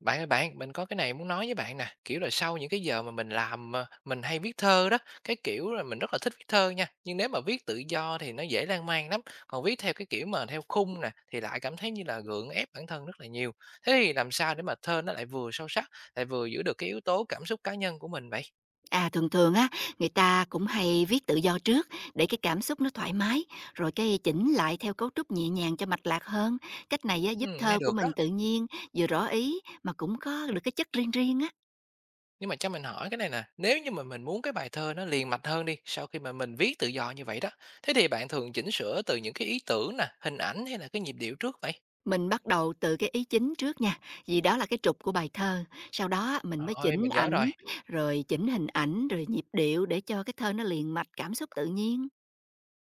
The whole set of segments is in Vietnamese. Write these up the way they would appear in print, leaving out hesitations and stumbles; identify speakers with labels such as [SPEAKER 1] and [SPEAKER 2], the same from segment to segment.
[SPEAKER 1] Bạn ơi bạn, mình có cái này muốn nói với bạn nè, kiểu là sau những cái giờ mà mình làm, mình hay viết thơ đó, cái kiểu là mình rất là thích viết thơ nha, nhưng nếu mà viết tự do thì nó dễ lan man lắm, còn viết theo cái kiểu mà theo khung nè, thì lại cảm thấy như là gượng ép bản thân rất là nhiều. Thế thì làm sao để mà thơ nó lại vừa sâu sắc, lại vừa giữ được cái yếu tố cảm xúc cá nhân của mình vậy?
[SPEAKER 2] À, thường thường á, người ta cũng hay viết tự do trước để cái cảm xúc nó thoải mái, rồi cái chỉnh lại theo cấu trúc nhẹ nhàng cho mạch lạc hơn. Cách này á, giúp
[SPEAKER 1] Nghe
[SPEAKER 2] thơ của
[SPEAKER 1] được
[SPEAKER 2] mình
[SPEAKER 1] đó.
[SPEAKER 2] tự nhiên, vừa rõ ý mà cũng có được cái chất riêng riêng á.
[SPEAKER 1] Nhưng mà cho mình hỏi cái này nè, nếu như mà mình muốn cái bài thơ nó liền mạch hơn đi, sau khi mà mình viết tự do như vậy đó, thế thì bạn thường chỉnh sửa từ những cái ý tưởng nè, hình ảnh hay là cái nhịp điệu trước vậy?
[SPEAKER 2] Mình bắt đầu từ cái ý chính trước nha, vì đó là cái trục của bài thơ. Sau đó á, mình mới
[SPEAKER 1] Rồi,
[SPEAKER 2] chỉnh
[SPEAKER 1] mình nhớ rồi.
[SPEAKER 2] ảnh, rồi chỉnh hình ảnh, rồi nhịp điệu để cho cái thơ nó liền mạch cảm xúc tự nhiên.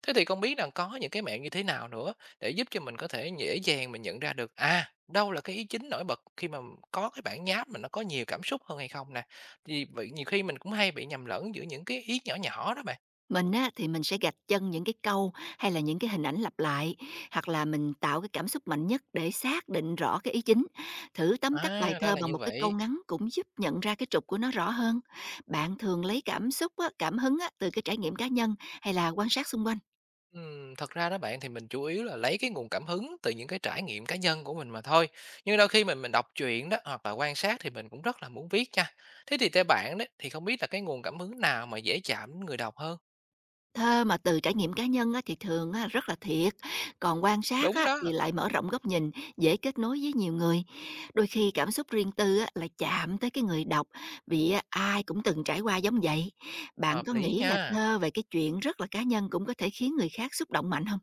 [SPEAKER 1] Thế thì không biết là có những cái mẹo như thế nào nữa để giúp cho mình có thể dễ dàng mình nhận ra được, à, đâu là cái ý chính nổi bật khi mà có cái bản nháp mà nó có nhiều cảm xúc hơn hay không nè? Thì vậy nhiều khi mình cũng hay bị nhầm lẫn giữa những cái ý nhỏ nhỏ đó bạn.
[SPEAKER 2] Mình á, thì mình sẽ gạch chân những cái câu hay là những cái hình ảnh lặp lại, hoặc là mình tạo cái cảm xúc mạnh nhất để xác định rõ cái ý chính. Thử tóm tắt bài
[SPEAKER 1] À, ra
[SPEAKER 2] thơ
[SPEAKER 1] là
[SPEAKER 2] bằng một
[SPEAKER 1] như
[SPEAKER 2] cái câu
[SPEAKER 1] vậy.
[SPEAKER 2] ngắn cũng giúp nhận ra cái trục của nó rõ hơn. Bạn thường lấy cảm xúc, á, cảm hứng á, từ cái trải nghiệm cá nhân hay là quan sát xung quanh?
[SPEAKER 1] Thật ra đó bạn thì mình chủ yếu là lấy cái nguồn cảm hứng từ những cái trải nghiệm cá nhân của mình mà thôi. Nhưng đôi khi mình đọc truyện đó hoặc là quan sát thì mình cũng rất là muốn viết nha. Thế thì theo bạn đấy thì không biết là cái nguồn cảm hứng nào mà dễ chạm đến người đọc hơn?
[SPEAKER 2] Thơ mà từ trải nghiệm cá nhân á, thì thường á, rất là thiệt, còn quan sát
[SPEAKER 1] Đúng
[SPEAKER 2] á,
[SPEAKER 1] đó.
[SPEAKER 2] thì lại mở rộng góc nhìn, dễ kết nối với nhiều người. Đôi khi cảm xúc riêng tư á, lại chạm tới cái người đọc, vì á, ai cũng từng trải qua giống vậy. Bạn
[SPEAKER 1] Hợp
[SPEAKER 2] có
[SPEAKER 1] lý
[SPEAKER 2] nghĩ là
[SPEAKER 1] nha.
[SPEAKER 2] thơ về cái chuyện rất là cá nhân cũng có thể khiến người khác xúc động mạnh không?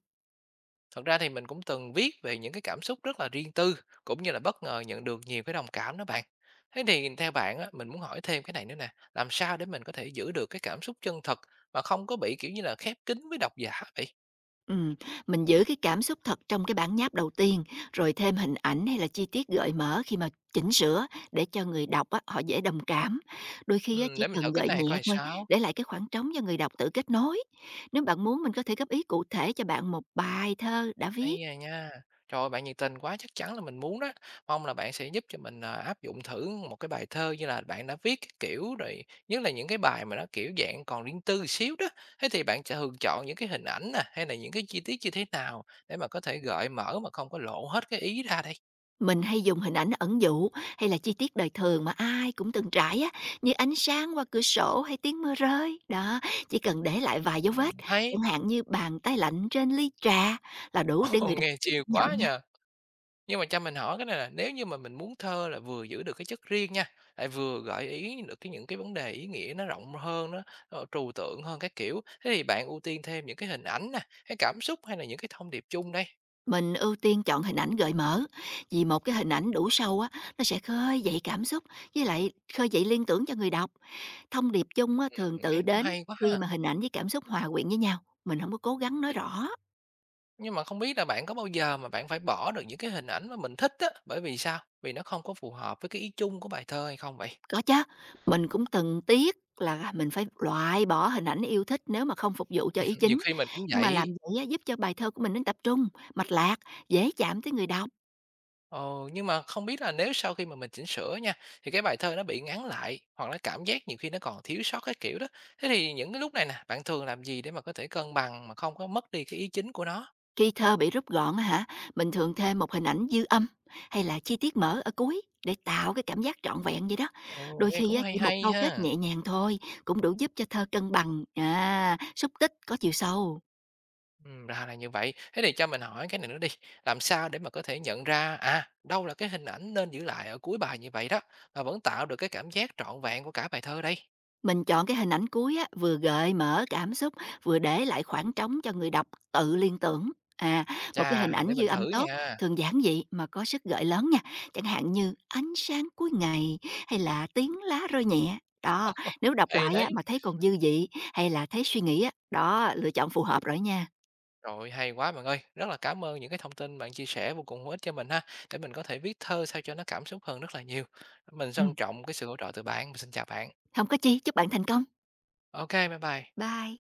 [SPEAKER 1] Thật ra thì mình cũng từng viết về những cái cảm xúc rất là riêng tư, cũng như là bất ngờ nhận được nhiều cái đồng cảm đó bạn. Thế thì theo bạn á, mình muốn hỏi thêm cái này nữa nè, làm sao để mình có thể giữ được cái cảm xúc chân thật mà không có bị kiểu như là khép kín với độc giả vậy?
[SPEAKER 2] Ừm, mình giữ cái cảm xúc thật trong cái bản nháp đầu tiên, rồi thêm hình ảnh hay là chi tiết gợi mở khi mà chỉnh sửa để cho người đọc á, họ dễ đồng cảm. Đôi khi á,
[SPEAKER 1] Ừ,
[SPEAKER 2] chỉ
[SPEAKER 1] để mình thử
[SPEAKER 2] cần
[SPEAKER 1] cách
[SPEAKER 2] gợi
[SPEAKER 1] này
[SPEAKER 2] nhẹ
[SPEAKER 1] coi
[SPEAKER 2] thôi,
[SPEAKER 1] sao.
[SPEAKER 2] để lại cái khoảng trống cho người đọc tự kết nối. Nếu bạn muốn mình có thể góp ý cụ thể cho bạn một bài thơ đã viết.
[SPEAKER 1] Hay à nha. Trời ơi, bạn nhiệt tình quá, chắc chắn là mình muốn đó. Mong là bạn sẽ giúp cho mình, à, áp dụng thử một cái bài thơ như là bạn đã viết cái kiểu rồi, nhất là những cái bài mà nó, kiểu, dạng còn riêng tư xíu đó. Thế thì bạn sẽ thường chọn những cái hình ảnh nè, hay là những cái chi tiết như thế nào để mà có thể gợi mở mà không có lộ hết cái ý ra đây?
[SPEAKER 2] Mình hay dùng hình ảnh ẩn dụ hay là chi tiết đời thường mà ai cũng từng trải á, như ánh sáng qua cửa sổ hay tiếng mưa rơi. Đó, chỉ cần để lại vài dấu vết,
[SPEAKER 1] Hay,
[SPEAKER 2] chẳng hạn như bàn tay lạnh trên ly trà là đủ để
[SPEAKER 1] ồ,
[SPEAKER 2] người đọc
[SPEAKER 1] nghe
[SPEAKER 2] cảm
[SPEAKER 1] chiều
[SPEAKER 2] nhận
[SPEAKER 1] quá nhỉ.
[SPEAKER 2] nha.
[SPEAKER 1] Nhưng mà cho mình hỏi cái này là nếu như mà mình muốn thơ là vừa giữ được cái chất riêng nha, lại vừa gợi ý được cái những cái vấn đề ý nghĩa nó rộng hơn, nó, trừu tượng hơn các kiểu, thế thì bạn ưu tiên thêm những cái hình ảnh nè, cái cảm xúc hay là những cái thông điệp chung đây?
[SPEAKER 2] Mình ưu tiên chọn hình ảnh gợi mở, vì một cái hình ảnh đủ sâu á, nó sẽ khơi dậy cảm xúc, với lại khơi dậy liên tưởng cho người đọc. Thông điệp chung á, thường tự
[SPEAKER 1] Nghe cũng
[SPEAKER 2] đến
[SPEAKER 1] hay quá ha.
[SPEAKER 2] khi mà hình ảnh với cảm xúc hòa quyện với nhau. Mình không có cố gắng nói
[SPEAKER 1] Thích,
[SPEAKER 2] rõ.
[SPEAKER 1] nhưng mà không biết là bạn có bao giờ mà bạn phải bỏ được những cái hình ảnh mà mình thích á, bởi vì sao? Vì nó không có phù hợp với cái ý chung của bài thơ hay không vậy?
[SPEAKER 2] Có chứ, mình cũng từng tiếc là à, mình phải loại bỏ hình ảnh yêu thích nếu mà không phục vụ cho ý
[SPEAKER 1] Nhiều
[SPEAKER 2] chính,
[SPEAKER 1] khi mình cũng
[SPEAKER 2] nhưng mà làm
[SPEAKER 1] vậy.
[SPEAKER 2] vậy á giúp cho bài thơ của mình nó tập trung, mạch lạc, dễ chạm tới người đọc.
[SPEAKER 1] Ồ, nhưng mà không biết là nếu sau khi mà mình chỉnh sửa nha, thì cái bài thơ nó bị ngắn lại hoặc là cảm giác nhiều khi nó còn thiếu sót cái kiểu đó. Thế thì những cái lúc này nè, bạn thường làm gì để mà có thể cân bằng mà không có mất đi cái ý chính của nó?
[SPEAKER 2] Khi thơ bị rút gọn á hả, mình thường thêm một hình ảnh dư âm hay là chi tiết mở ở cuối để tạo cái cảm giác trọn vẹn vậy đó.
[SPEAKER 1] Ồ,
[SPEAKER 2] Đôi
[SPEAKER 1] nghe
[SPEAKER 2] khi
[SPEAKER 1] cũng
[SPEAKER 2] á
[SPEAKER 1] hay
[SPEAKER 2] chỉ một
[SPEAKER 1] hay
[SPEAKER 2] câu kết
[SPEAKER 1] ha.
[SPEAKER 2] nhẹ nhàng thôi cũng đủ giúp cho thơ cân bằng, à, xúc tích, có chiều sâu.
[SPEAKER 1] Ừ, ra là như vậy. Thế thì cho mình hỏi cái này nữa đi. Làm sao để mà có thể nhận ra à đâu là cái hình ảnh nên giữ lại ở cuối bài như vậy đó mà vẫn tạo được cái cảm giác trọn vẹn của cả bài thơ đây?
[SPEAKER 2] Mình chọn cái hình ảnh cuối á, vừa gợi mở cảm xúc, vừa để lại khoảng trống cho người đọc tự liên tưởng. À, một cái
[SPEAKER 1] Chà,
[SPEAKER 2] hình ảnh
[SPEAKER 1] để
[SPEAKER 2] dư
[SPEAKER 1] mình
[SPEAKER 2] âm
[SPEAKER 1] thử
[SPEAKER 2] tốt,
[SPEAKER 1] nha.
[SPEAKER 2] thường giản dị mà có sức gợi lớn nha, chẳng hạn như ánh sáng cuối ngày hay là tiếng lá rơi nhẹ. Đó, nếu đọc
[SPEAKER 1] Hay
[SPEAKER 2] lại á,
[SPEAKER 1] đấy.
[SPEAKER 2] mà thấy còn dư vị hay là thấy suy nghĩ á, đó, lựa chọn phù hợp rồi nha.
[SPEAKER 1] Rồi, hay quá bạn ơi. Rất là cảm ơn những cái thông tin bạn chia sẻ vô cùng hữu ích cho mình ha, để mình có thể viết thơ sao cho nó cảm xúc hơn rất là nhiều. Mình
[SPEAKER 2] Ừ,
[SPEAKER 1] trân trọng cái sự hỗ trợ từ bạn. Mình xin chào bạn.
[SPEAKER 2] không có chi, chúc bạn thành công.
[SPEAKER 1] OK, bye bye.
[SPEAKER 2] Bye.